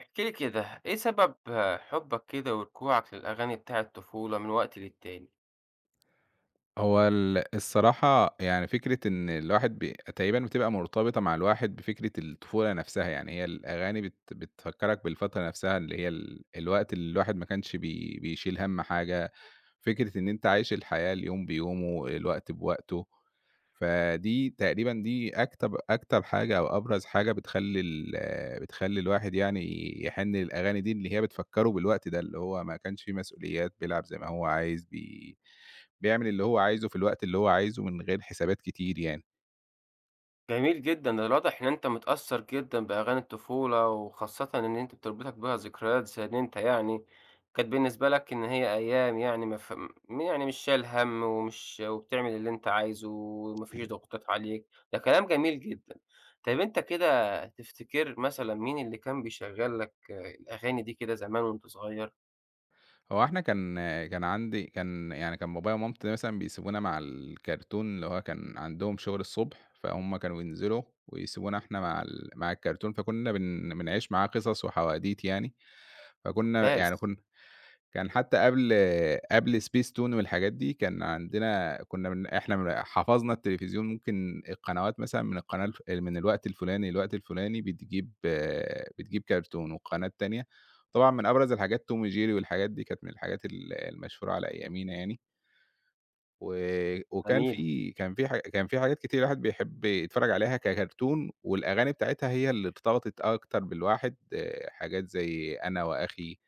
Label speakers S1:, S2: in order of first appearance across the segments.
S1: احكِ لي كده، إيه سبب حُبّك كده وركوعك للأغاني بتاع الطفولة من وقت للتاني؟
S2: هو ال الصراحة يعني فكرة إن الواحد تقريبًا بتبقى مرتبطة مع الواحد بفكرة الطفولة نفسها، يعني هي الأغاني بتفكّرك بالفترة نفسها اللي هي الوقت اللي الواحد ما كانش بيشيل هَم حاجة، فكرة إن أنت عايش الحياة اليوم بيومه، الوقت بوقته، فدي تقريبًا أكتب أكتر حاجة أو أبرز حاجة بتخلّي الواحد يعني يحِن للأغاني دي، اللي هي بتفكّره بالوقت ده، اللي هو ما كانش في مسؤوليات، بيلعب زي ما هو عايز، بيعمل اللي هو عايزه في الوقت اللي هو عايزه من غير حسابات كتير يعني.
S1: جميل جدًا، ده الواضح إن أنت متأثّر جدًا بأغاني الطفولة، وخاصةً إن أنت بتربطك بيها ذكريات زي إن أنت كانت بالنسبة لك إن هي أيام يعني ما ف م يعني مش شايل هَم ومش وبتعمل اللي أنت عايزه وما فيش
S2: أيوه.
S1: ضغوطات عليك، ده كلام جميل جدًا. طيب أنت كده تفتكر مثلًا مين اللي كان بيشغّل لك الأغاني دي كده زمان وأنت صغير؟
S2: هو إحنا كان كان عندي كان يعني كان بابايا ومامتي مثلًا بيسيبونا مع الكرتون اللي هو كان عندهم شغل الصبح، فهُم كانوا ينزلوا ويسيبونا إحنا مع الكرتون، فكنا بنعيش معاه قصص وحواديت يعني. فكنا
S1: ممتاز،
S2: يعني كن كان حتى قبل سبيس تون والحاجات دي، كان عندنا كُنّا إحنا من حفظنا التلفزيون ممكن القنوات مثلًا من القناة الف من الوقت الفلاني للوقت الفلاني بتجيب بتجيب كرتون والقناة التانية طبعًا من أبرز الحاجات توم وجيري والحاجات دي كانت من الحاجات المشهورة على أيامينا يعني. و وكان
S1: جميل.
S2: في كان في ح كان في حاجات كتير الواحد بيحب يتفرّج عليها ككرتون، والأغاني بتاعتها هي اللي ارتبطت أكتر بالواحد، حاجات زي أنا وأخي،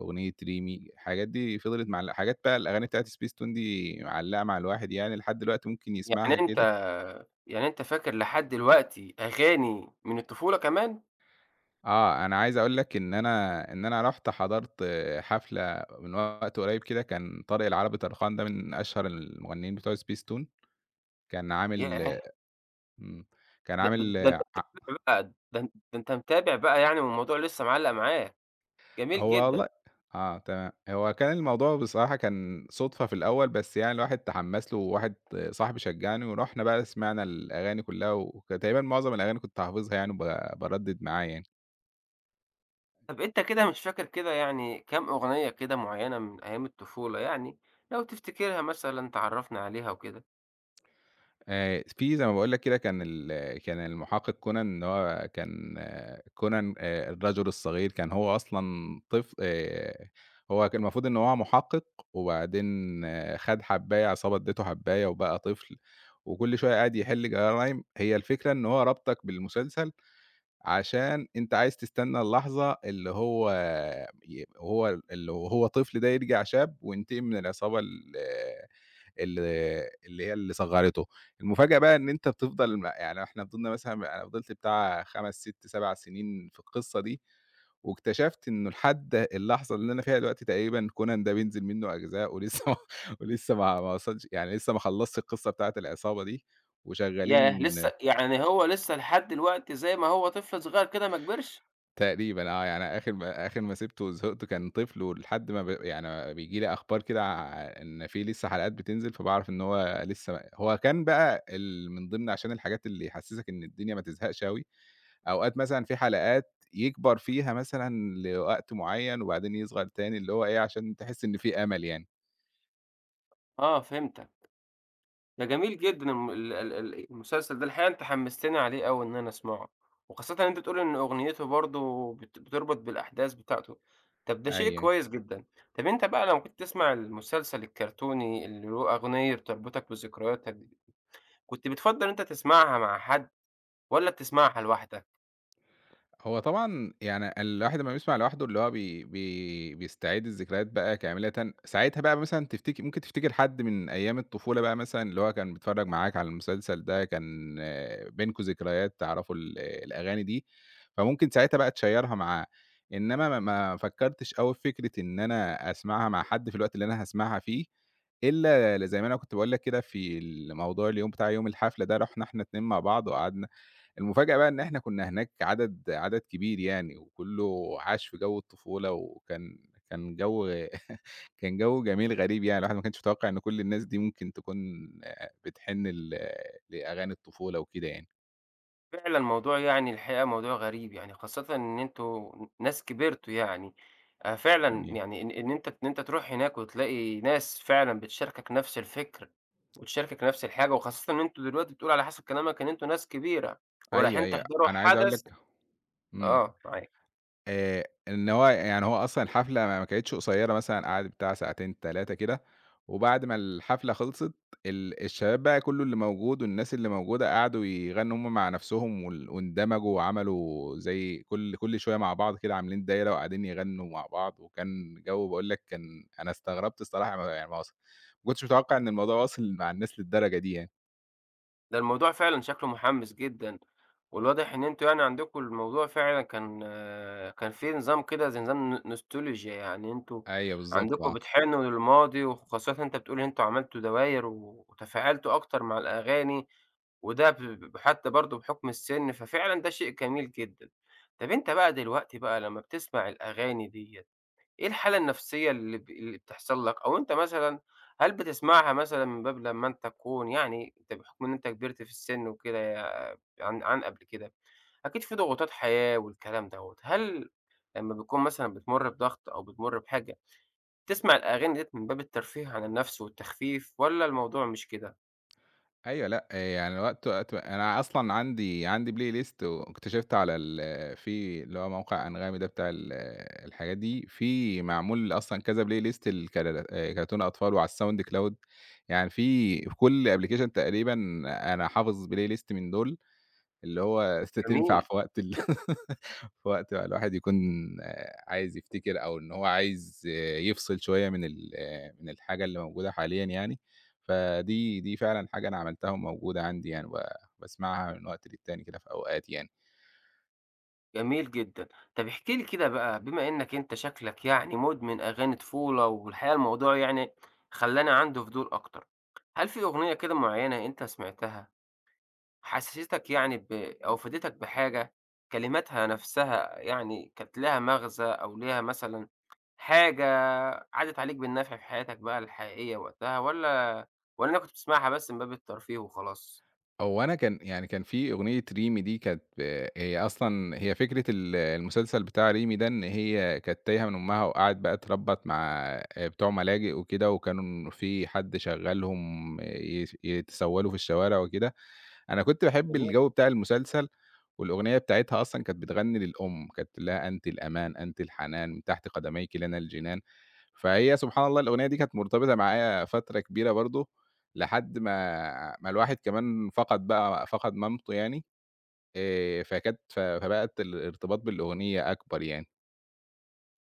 S2: أغنية ريمي، الحاجات دي فضلت معل حاجات بقى الأغاني بتاعة سبيستون دي معلّقة مع الواحد يعني لحد دلوقتي ممكن يسمعها
S1: يعني أنت
S2: كده.
S1: يعني أنت فاكر لحد دلوقتي أغاني من الطفولة كمان؟
S2: أنا عايز أقول لك إن أنا رُحت حضرت حفلة من وقت قريب كده، كان طارق العربي طرخان ده من أشهر المغنيين بتوع سبيستون، كان عامل
S1: ياه!
S2: إمم، كان
S1: ده ده
S2: عامل
S1: ده أنت
S2: ع
S1: متابع بقى ده أنت متابع بقى يعني والموضوع لسه معلّق معاك، جميل
S2: هو
S1: جدًا.
S2: والله آه تمام. هو كان الموضوع بصراحة كان صُدفة في الأول، بس يعني الواحد تحمّس له وواحد صاحبي شجّعني ورُحنا بقى سمعنا الأغاني كُلّها تقريبًا معظم الأغاني كنت حافظها يعني وب باردِّد معاه يعني.
S1: طب أنت كده مش فاكر كده يعني كام أغنية كده معيّنة من أيام الطفولة يعني، لو تفتكرها مثلًا تعرّفنا عليها وكده؟
S2: في زي ما باقول لك كده كان المحقق كونان إن هو كان، كونان الرجل الصغير، كان هو أصلًا طفل، هو كان المفروض إن هو محقق وبعدين خَد حبّاية عصابة ادّيته حبّاية وبقى طفل، وكل شوية قاعد يحل جرايم. هي الفكرة إن هو رابطك بالمسلسل عشان أنت عايز تستنى اللحظة اللي هو ي وهو اللي وهو طفل ده يرجع شاب وينتقم من العصابة ال ال اللي اللي صغّرته. المفاجأة بقى إن أنت بتفضل يعني إحنا فضلنا مثلًا أنا فضلت بتاع 5، 6، 7 سنين في القصة دي، واكتشفت إنه لحد اللحظة اللي أنا فيها دلوقتي تقريبًا كونان ده بينزل منه أجزاء ولسه ما ولسه ما وصلش يعني لسه ما خلّصتش القصة بتاعة العصابة دي،
S1: ياه!
S2: وشغّالين.
S1: لسه يعني هو لسه لحد دلوقتي زي ما هو طفل صغير كده ما كبرش؟
S2: تقريبًا يعني آخر ما سِبته وزهقت كان طفل ولحد ما يعني بييجي لي أخبار كده إن في لسه حلقات بتنزل، فباعرف إن هو لسه هو كان بقى ال من ضمن عشان الحاجات اللي يحسّسك إن الدنيا ما تزهقش أوي، أوقات مثلًا في حلقات يكبر فيها مثلًا لوقت معيّن وبعدين يصغر تاني، اللي هو إيه، عشان تحس إن في أمل يعني.
S1: آه فهمتك. ده جميل جدًا الم ال ال ال المسلسل ده الحقيقة أنت حمستني عليه أوي إن أنا أسمعه، وخاصةً إن أنت بتقول إن أغنيته برضه بتربط بالأحداث بتاعته، طب ده شيء
S2: أيوه.
S1: كويس جدًا، طب أنت بقى لما كنت تسمع المسلسل الكرتوني اللي له أغنية بتربطك بذكرياتك دي، كنت بتفضّل إن أنت تسمعها مع حد والّا بتسمعها لوحدك؟
S2: هو طبعًا يعني الواحد لمّا بيسمع لوحده اللي هو بي بي بيستعيد الذكريات بقى كاملةً، ساعتها بقى مثلًا ممكن تفتكر حد من أيام الطفولة بقى مثلًا اللي هو كان بيتفرّج معاك على المسلسل ده، كان بينكم ذكريات تعرفوا ال آه، الأغاني دي، فممكن ساعتها بقى تشيّرها معاه، إنما ما فكّرتش أوي في فكرة إن أنا أسمعها مع حد في الوقت اللي أنا هاسمعها فيه، إلا زي ما أنا كنت باقول لك كده في الموضوع اليوم بتاع يوم الحفلة ده، رُحنا إحنا 2 مع بعض وقعدنا. المفاجأة بقى إن إحنا كنا هناك عدد كبير يعني، وكلّه عاش في جو الطفولة، وكان كان جو كان جو جميل غريب يعني، الواحد ما كانش متوقع إن كل الناس دي ممكن تكون بتحن لأغاني الطفولة وكده يعني.
S1: فعلًا موضوع يعني الحقيقة موضوع غريب، يعني خاصةً إن أنتم ناس كبرتوا يعني، فعلًا
S2: يعني
S1: يعني إن أنت إن أنت تروح هناك وتلاقي ناس فعلًا بتشاركك نفس الفكر، وتشاركك نفس الحاجة، وخاصةً إن أنتم دلوقتي بتقول على حسب كلامك إن أنتم ناس كبيرة،
S2: أيوه،
S1: ورايحين
S2: أيوه،
S1: تحضروا
S2: أنا عايز أقول
S1: حدث
S2: لك. إمم.
S1: آه معاك.
S2: إن هو يعني هو أصلًا الحفلة ما كانتش قصيّرة مثلًا قعدت بتاع ساعتين 3 كده، وبعد ما الحفلة خلصت الشباب بقى كلّه اللي موجود والناس اللي موجودة قعدوا يغنّوا هُم مع نفسهم وال واندمجوا وعملوا زي كل شوية مع بعض كده عاملين دايرة وقاعدين يغنّوا مع بعض، وكان جو باقول لك كان أنا استغربت الصراحة ما يعني ما وص ما كنتش متوقع إن الموضوع واصل مع الناس للدرجة دي يعني.
S1: ده الموضوع فعلًا شكله محمِّس جدًا، والواضح إن أنتم يعني عندكم الموضوع فعلًا كان كان فيه نظام كده زي نظام nostalgia يعني أنتم
S2: أيوه بالضبط،
S1: عندكم
S2: آه.
S1: بتحنّوا للماضي، وخاصةً أنت بتقول إن أنتم عملتوا دواير و وتفاعلتوا أكتر مع الأغاني، وده ب ب حتى برضه بحُكم السِن، ففعلًا ده شيء جميل جدًا. طَب أنت بقى دلوقتي بقى لمّا بتسمع الأغاني ديّة، إيه الحالة النفسية اللي بتحصل لك، أو أنت مثلًا هل بتسمعها مثلًا من باب لمّا أنت تكون يعني أنت بحكم إن أنت كبرت في السن وكده يا- عن قبل كده، أكيد في ضغوطات حياة والكلام دوّة، هل لمّا بتكون مثلًا بتمُر بضغط أو بتمُر بحاجة، تسمع الأغاني ديّة من باب الترفيه عن النفس والتخفيف والّا الموضوع مش كده؟
S2: أيوه، لأ، يعني وقت وقت أنا أصلًا عندي playlist واكتشفت على ال في اللي هو موقع أنغامي ده بتاع الحاجات دي، في معمول أصلًا كذا playlist لكرر كرتون أطفال وعلى الSoundCloud يعني في في كل application تقريبًا أنا حافظ playlist من دول. اللي هو تنفع
S1: جميل.
S2: في وقت في وقت ما الواحد يكون عايز يفتكر أو إن هو عايز يفصل شوية من ال آه، من الحاجة اللي موجودة حاليًا يعني، فدي فعلًا حاجة أنا عملتها وموجودة عندي يعني باسمعها من وقت للتاني كده في أوقات يعني.
S1: جميل جدًا. طب احكِ لي كده بقى بما إنّك أنت شكلك يعني مدمن أغاني طفولة، والحقيقة الموضوع يعني خلّاني عندي فضول أكتر. هل في أغنية كده معيّنة أنت سمعتها حسستك يعني أو فادتك بحاجة، كلماتها نفسها يعني كانت ليها مغزى أو ليها مثلًا حاجة عدِّت عليك بالنفع في حياتك بقى الحقيقية وقتها والّا والّا أنا كنت بتسمعها بس من باب الترفيه وخلاص؟
S2: هو أنا كان يعني كان في أغنية ريمي دي كانت، هي أصلًا هي فكرة المسلسل بتاع ريمي ده إن هي كانت تايهة من أمها وقعدت بقى تربّط مع بتوع ملاجئ وكده، وكانوا في حد شغّلهم يتسولوا في الشوارع وكده، أنا كنت باحب الجو بتاع المسلسل والأغنية بتاعتها أصلًا كانت بتغني للأم، كانت بتقول لها: "أنتِ الأمان، أنتِ الحنان، من تحت قدميكِ لنا الجنان." فهي سبحان الله الأغنية دي كانت مرتبطة معايا فترة كبيرة برضه، لحد ما الواحد كمان فقد مامته يعني، فكانت ف فبقت الارتباط بالأغنية أكبر يعني.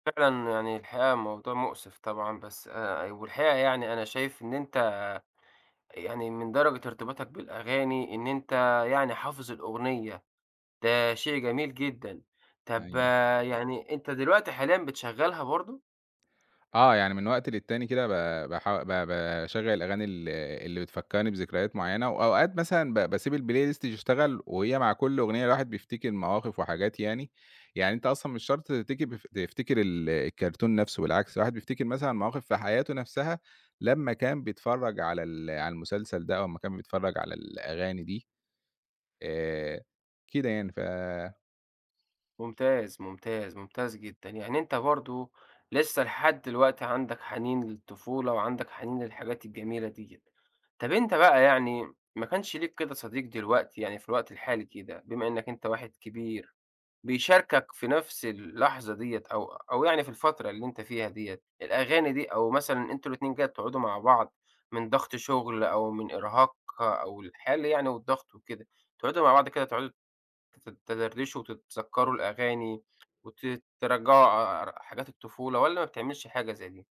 S1: فعلًا يعني الحقيقة موضوع مؤسف طبعًا، بس والحقيقة يعني أنا شايف إن أنت يعني من درجة ارتباطك بالأغاني إن أنت يعني حافظ الأغنية، ده شيء جميل جدًا. طب
S2: أيوه.
S1: آه، يعني أنت دلوقتي حاليًا بتشغّلها برضه؟
S2: يعني من وقت للتاني كده ب باحا ب باشغّل الأغاني اللي بتفكّرني بذكريات معيّنة، وأوقات مثلًا باسيب الplay list تشتغل وهي مع كل أغنية الواحد بيفتكر مواقف وحاجات يعني، يعني أنت أصلًا مش شرط تفتكر تفتكر الكرتون نَفْسه بالعكس، الواحد بيفتكر مثلًا مواقف في حياته نَفْسها لمّا كان بيتفرّج على المسلسل ده أو أمّا كان بيتفرّج على الأغاني دي، آآ، كده يعني ف
S1: ممتاز، ممتاز، ممتاز جدًا. يعني أنت برضه لسه لحد دلوقتي عندك حنين للطفولة وعندك حنين للحاجات الجميلة ديّة. طب أنت بقى يعني ما كانش ليك كده صديق دلوقتي يعني في الوقت الحالي كده، بما إنّك أنت واحد كبير بيشاركك في نفس اللحظة ديّة أو يعني في الفترة اللي أنت فيها ديّة، الأغاني دي أو مثلًا أنتم الاتنين كده بتقعدوا مع بعض من ضغط شغل أو من إرهاق أو الحال يعني والضغط وكده، تقعدوا مع بعض كده تقعدوا تدردشوا وتتذكروا الأغاني وت ترجّعوا حاجات الطفولة والّا ما بتعملش حاجة زي دي؟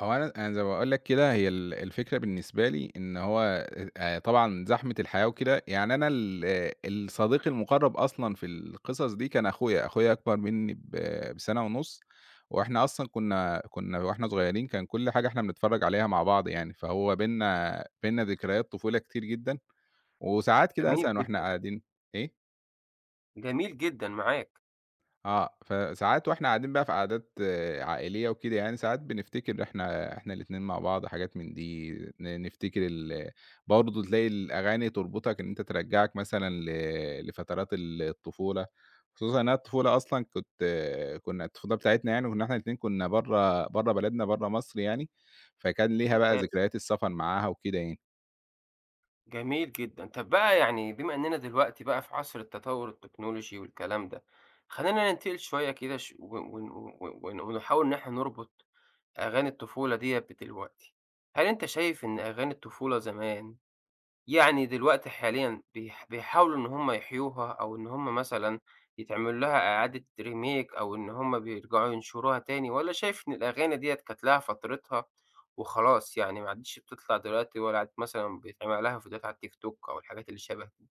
S2: هو أنا زي ما باقول لك كده هي الفكرة بالنسبة لي إن هو طبعًا زحمة الحياة وكده، يعني أنا ال آه، الصديق المقرّب أصلًا في القصص دي كان أخويا، أخويا أكبر منّي بسنة ونُص، وإحنا أصلًا كنا وإحنا صغيرين كان كل حاجة إحنا بنتفرّج عليها مع بعض يعني، فهو بيننا ذكريات طفولة كتير جدًا، وساعات كده
S1: جميل
S2: مثلًا وإحنا
S1: جدًا،
S2: قاعدين. إيه؟
S1: جميل جدًا معاك،
S2: فساعات وإحنا قاعدين بقى في قعدات عائلية وكده يعني، ساعات بنفتكر إحنا الاتنين مع بعض حاجات من دي، نفتكر برضه تلاقي الأغاني تربطك إن أنت ترجّعك مثلًا لفترات الطفولة، خصوصًا إن أنا الطفولة أصلًا كنت، كنا الطفولة بتاعتنا يعني كنا إحنا الاتنين كنا برّه بلدنا، برّه مصر يعني، فكان ليها بقى
S1: ممتاز.
S2: ذكريات السفر معاها وكده يعني.
S1: جميل جدًا. طب بقى يعني بما إننا دلوقتي بقى في عصر التطوّر التكنولوجي والكلام ده، خلّينا ننتقل شوية كده ش و ون ون ونحاول إن إحنا نربط أغاني الطفولة ديّة بدلوقتي. هل أنت شايف إن أغاني الطفولة زمان يعني دلوقتي حاليًا بيحاولوا إن هم يحيوها، أو إن هم مثلًا يتعمل لها إعادة remake أو إن هم بيرجعوا ينشروها تاني، والّا شايف إن الأغاني ديّة كانت لها فترتها وخلاص يعني ما عادتش بتطلع دلوقتي ولا عاد مثلًا بيتعمل لها فيديوهات على التيك توك أو الحاجات اللي شبه كده؟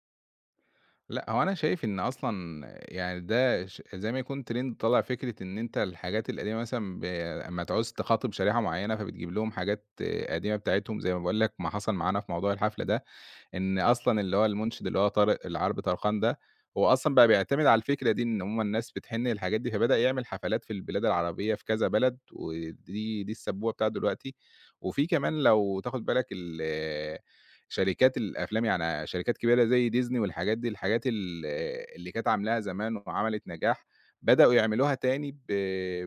S2: لأ، هو أنا شايف إن أصلًا يعني ده زي ما يكون trend طالع فكرة إن أنت الحاجات القديمة مثلًا أمّا تعوز تخاطب شريحة معيّنة، فبتجيب لهم حاجات، قديمة بتاعتهم زي ما باقول لك ما حصل معانا في موضوع الحفلة ده، إن أصلًا اللي هو المُنشد اللي هو طارق العربي طرخان ده، هو أصلًا بقى بيعتمد على الفكرة دي إن عمومًا الناس بتحِن للحاجات دي، فبدأ يعمل حفلات في البلاد العربية في كذا بلد، ودي السبّوبة بتاعته دلوقتي. وفي كمان لو تاخُد بالك شركات الأفلام يعني شركات كبيرة زي ديزني والحاجات دي، الحاجات اللي كانت عاملاها زمان وعملت نجاح، بدأوا يعملوها تاني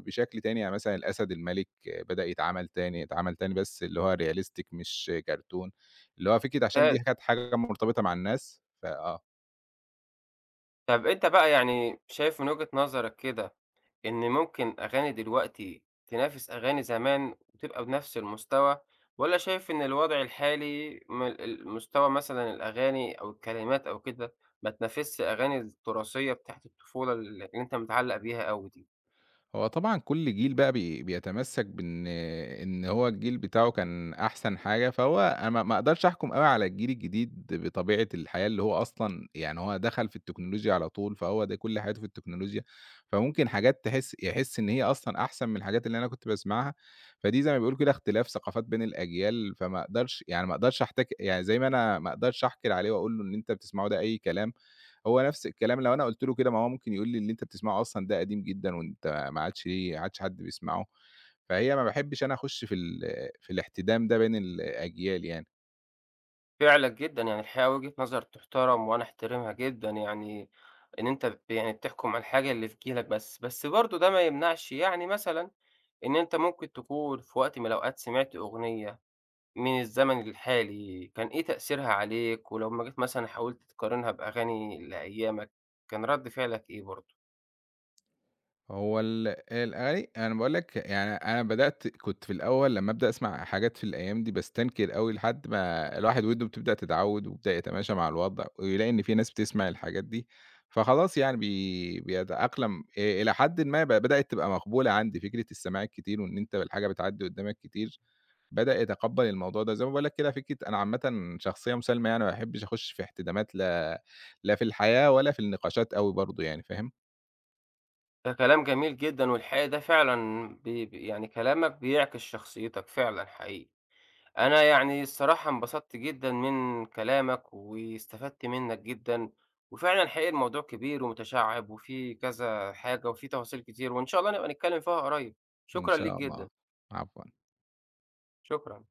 S2: بشكل تاني، يعني مثلًا الأسد المَلِك بدأ يتعمل تاني، اتعمل تاني بس اللي هو realistic مش cartoon. اللي هو فكرة عشان دي
S1: ممتاز.
S2: كانت حاجة مرتبطة مع الناس،
S1: طب أنت بقى يعني شايف من وجهة نظرك كده إن ممكن أغاني دلوقتي تنافس أغاني زمان وتبقى بنفس المستوى، والّا شايف إن الوضع الحالي المستوى مثلًا الأغاني أو الكلمات أو كده ما تنافسش الأغاني التراثية بتاعة الطفولة اللي أنت متعلق بيها أوي دي؟
S2: هو طبعًا كل جيل بقى بيتمسّك بإن هو الجيل بتاعه كان أحسن حاجة، فهو أنا ما أقدرش أحكُم أوي على الجيل الجديد بطبيعة الحياة اللي هو أصلًا يعني هو دخل في التكنولوجيا على طول، فهو ده كل حياته في التكنولوجيا، فممكن حاجات يحس إن هي أصلًا أحسن من الحاجات اللي أنا كنت باسمعها، فدي زي ما بيقولوا كده اختلاف ثقافات بين الأجيال، فما أقدرش يعني ما أقدرش أحتك يعني زي ما أنا ما أقدرش أحكر عليه وأقول له إن أنت بتسمعه ده أي كلام. هو نفس الكلام لو أنا قُلت له كده ما هو ممكن يقول لي: "اللي أنت بتسمعه أصلًا ده قديم جدًا وأنت ما عادش حد بيسمعه." فهي ما باحبش أنا أخُش في في الاحتدام ده بين الأجيال يعني.
S1: فعلًا جدًا، يعني الحقيقة وجهة نظر تُحترم وأنا أحترمها جدًا، يعني إن أنت يعني بتحكم على الحاجة اللي في جيلك بس، بس برضه ده ما يمنعش يعني مثلًا إن أنت ممكن تكون في وقت من الأوقات سمعت أغنية من الزمن الحالي، كان إيه تأثيرها عليك؟ ولمّا جيت مثلًا حاولت تقارنها بأغاني لأيامك، كان رد فعلك إيه برضه؟
S2: هو ال الأغاني أنا باقول لك يعني أنا بدأت كنت في الأول لمّا أبدأ أسمع حاجات في الأيام دي باستنكر أوي لحد ما الواحد وِدّه بتبدأ تتعوِّد ويبدأ يتماشى مع الوضع ويلاقي إن في ناس بتسمع الحاجات دي، فخلاص يعني بيتأقلم إلى حدٍ ما بدأت تبقى مقبولة عندي فكرة السماع الكتير وإن أنت الحاجة بتعدّي قُدّامك كتير. بدأ يتقبّل الموضوع ده، زي ما باقول لك كده فكرة أنا عامةً شخصية مسالمة يعني ما باحبش أخُش في احتدامات لا في الحياة ولا في النقاشات أوي برضه يعني فاهم؟
S1: ده كلام جميل جدًا، والحقيقة ده فعلًا بي بي يعني كلامك بيعكس شخصيتك فعلًا حقيقي. أنا يعني الصراحة انبسطت جدًا من كلامك، واستفدت منك جدًا، وفعلًا حقيقي الموضوع كبير ومتشعب، وفيه كذا حاجة، وفيه تفاصيل كتير، وإن شاء الله نبقى نتكلم فيها قريب.
S2: إن
S1: شكرًا ليك
S2: شاء الله،
S1: جدًا،
S2: عفوًا.
S1: شكرًا.